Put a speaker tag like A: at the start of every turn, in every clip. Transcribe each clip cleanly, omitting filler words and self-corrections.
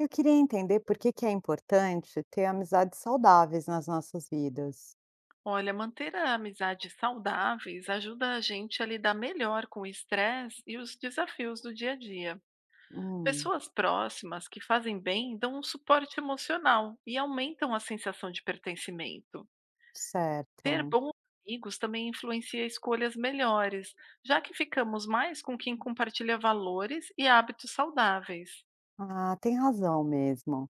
A: Eu queria entender por que que é importante ter amizades saudáveis nas nossas vidas.
B: Olha, manter amizades saudáveis ajuda a gente a lidar melhor com o estresse e os desafios do dia a dia.
A: Hum,
B: Pessoas próximas que fazem bem dão um suporte emocional e aumentam a sensação de pertencimento. Ter
A: certo.
B: bons amigos também influencia escolhas melhores, já que ficamos mais com quem compartilha valores e hábitos saudáveis.
A: Ah, tem razão mesmo.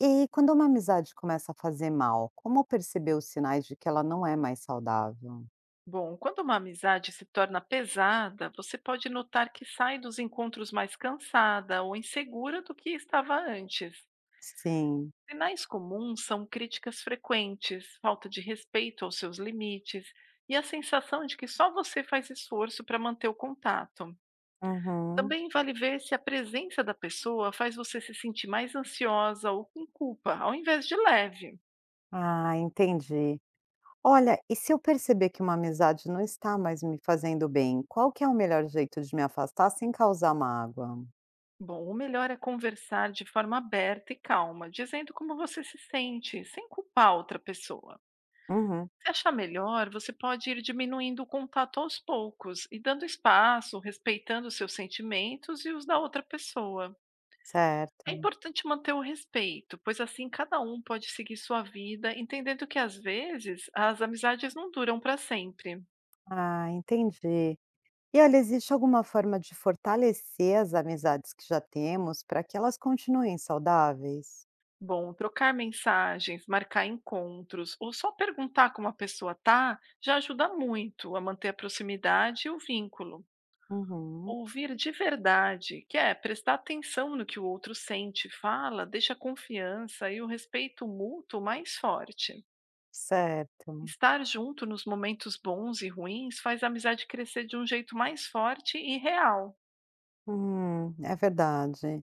A: E quando uma amizade começa a fazer mal, como perceber os sinais de que ela não é mais saudável?
B: Bom, quando uma amizade se torna pesada, você pode notar que sai dos encontros mais cansada ou insegura do que estava antes.
A: Sim.
B: Sinais comuns são críticas frequentes, falta de respeito aos seus limites e a sensação de que só você faz esforço para manter o contato.
A: Uhum.
B: Também vale ver se a presença da pessoa faz você se sentir mais ansiosa ou com culpa, ao invés de leve.
A: Ah, entendi. Olha, e se eu perceber que uma amizade não está mais me fazendo bem, qual que é o melhor jeito de me afastar sem causar mágoa?
B: Bom, o melhor é conversar de forma aberta e calma, dizendo como você se sente, sem culpar outra pessoa.
A: Uhum.
B: Se achar melhor, você pode ir diminuindo o contato aos poucos e dando espaço, respeitando os seus sentimentos e os da outra pessoa. É
A: Certo.
B: importante manter o respeito, pois assim cada um pode seguir sua vida, entendendo que às vezes as amizades não duram para sempre.
A: Ah, entendi. E olha, existe alguma forma de fortalecer as amizades que já temos para que elas continuem saudáveis?
B: Bom, trocar mensagens, marcar encontros ou só perguntar como a pessoa tá já ajuda muito a manter a proximidade e o vínculo.
A: Uhum,
B: Ouvir de verdade, que é prestar atenção no que o outro sente, fala, deixa a confiança e o respeito mútuo mais forte.
A: certo.
B: Estar junto nos momentos bons e ruins faz a amizade crescer de um jeito mais forte e real.
A: É verdade.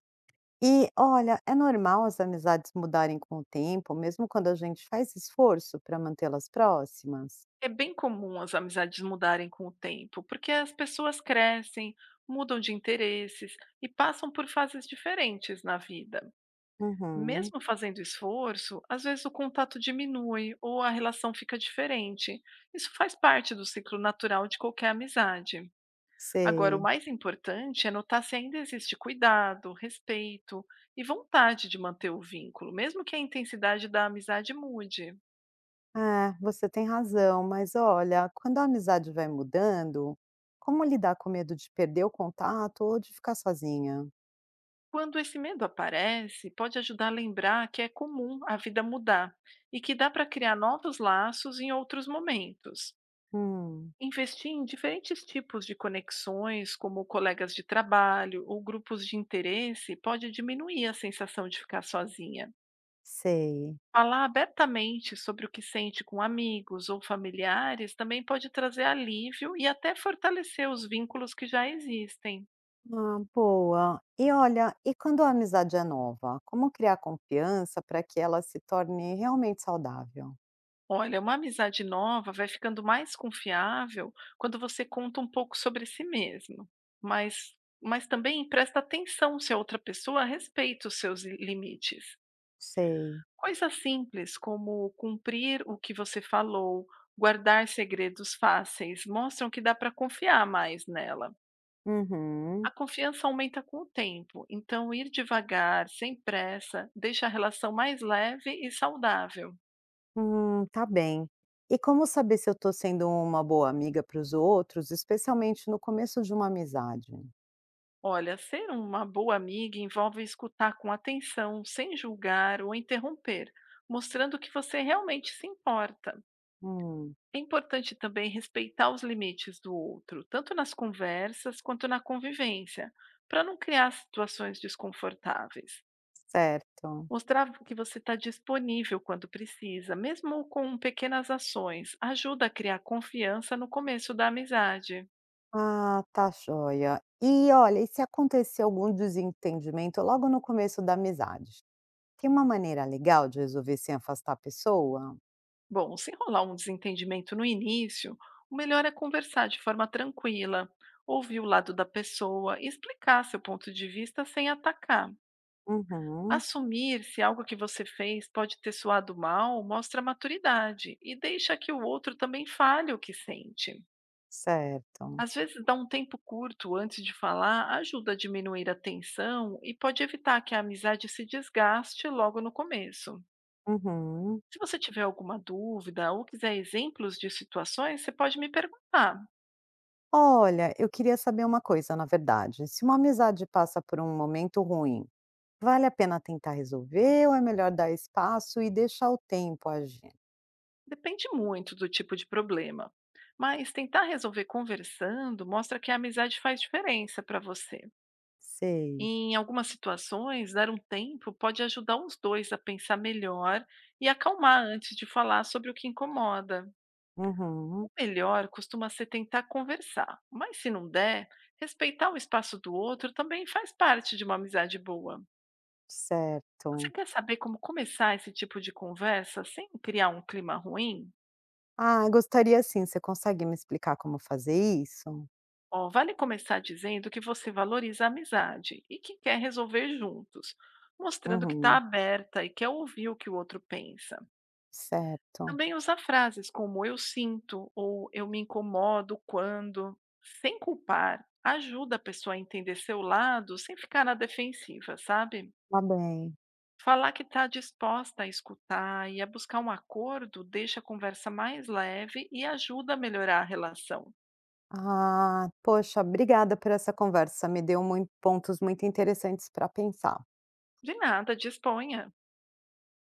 A: E olha, é normal as amizades mudarem com o tempo, mesmo quando a gente faz esforço para mantê-las próximas?
B: É bem comum as amizades mudarem com o tempo, porque as pessoas crescem, mudam de interesses e passam por fases diferentes na vida.
A: Uhum,
B: Mesmo fazendo esforço, às vezes o contato diminui ou a relação fica diferente. Isso faz parte do ciclo natural de qualquer amizade. Agora, o
A: sei.
B: mais importante é notar se ainda existe cuidado, respeito e vontade de manter o vínculo, mesmo que a intensidade da amizade mude.
A: É, você tem razão, mas olha, quando a amizade vai mudando, como lidar com medo de perder o contato ou de ficar sozinha?
B: Quando esse medo aparece, pode ajudar a lembrar que é comum a vida mudar e que dá para criar novos laços em outros momentos.
A: Hum,
B: Investir em diferentes tipos de conexões, como colegas de trabalho ou grupos de interesse, pode diminuir a sensação de ficar sozinha.
A: sei.
B: Falar abertamente sobre o que sente com amigos ou familiares também pode trazer alívio e até fortalecer os vínculos que já existem.
A: Ah, boa. E olha, e quando a amizade é nova, como criar confiança para que ela se torne realmente saudável?
B: Olha, uma amizade nova vai ficando mais confiável quando você conta um pouco sobre si mesmo, mas, mas também presta atenção se a outra pessoa respeita os seus limites.
A: Sei.
B: Coisas simples como cumprir o que você falou, guardar segredos fáceis, mostram que dá para confiar mais nela.
A: Uhum.
B: A confiança aumenta com o tempo, então ir devagar, sem pressa, deixa a relação mais leve e saudável.
A: Tá bem. E como saber se eu estou sendo uma boa amiga para os outros, especialmente no começo de uma amizade?
B: Olha, ser uma boa amiga envolve escutar com atenção, sem julgar ou interromper, mostrando que você realmente se importa.
A: Hum.
B: É importante também respeitar os limites do outro, tanto nas conversas quanto na convivência, para não criar situações desconfortáveis.
A: Certo.
B: Mostrar que você está disponível quando precisa, mesmo com pequenas ações, ajuda a criar confiança no começo da amizade.
A: Ah, tá joia. E olha, e se acontecer algum desentendimento logo no começo da amizade? Tem uma maneira legal de resolver sem afastar a pessoa?
B: Bom, se rolar um desentendimento no início, o melhor é conversar de forma tranquila, ouvir o lado da pessoa e explicar seu ponto de vista sem atacar.
A: Uhum.
B: Assumir se algo que você fez pode ter soado mal mostra maturidade e deixa que o outro também fale o que sente.
A: Certo.
B: Às vezes, dar um tempo curto antes de falar ajuda a diminuir a tensão e pode evitar que a amizade se desgaste logo no começo.
A: Uhum.
B: Se você tiver alguma dúvida ou quiser exemplos de situações, você pode me perguntar.
A: Olha, eu queria saber uma coisa, na verdade. Se uma amizade passa por um momento ruim, vale a pena tentar resolver ou é melhor dar espaço e deixar o tempo agir?
B: Depende muito do tipo de problema. Mas tentar resolver conversando mostra que a amizade faz diferença para você.
A: Sei.
B: Em algumas situações, dar um tempo pode ajudar os dois a pensar melhor e acalmar antes de falar sobre o que incomoda. O
A: Uhum.
B: melhor costuma ser tentar conversar, mas se não der, respeitar o espaço do outro também faz parte de uma amizade boa. Você
A: Certo.
B: quer saber como começar esse tipo de conversa sem criar um clima ruim?
A: Ah, gostaria sim. Você consegue me explicar como fazer isso?
B: Ó, vale começar dizendo que você valoriza a amizade e que quer resolver juntos, mostrando que está
A: Uhum.
B: aberta e quer ouvir o que o outro pensa.
A: Certo.
B: Também usa frases como eu sinto ou eu me incomodo quando, sem culpar, ajuda a pessoa a entender seu lado sem ficar na defensiva, sabe?
A: Tá bem.
B: Falar que está disposta a escutar e a buscar um acordo deixa a conversa mais leve e ajuda a melhorar a relação.
A: Ah, poxa, obrigada por essa conversa. Me deu pontos muito interessantes para pensar.
B: De nada, disponha.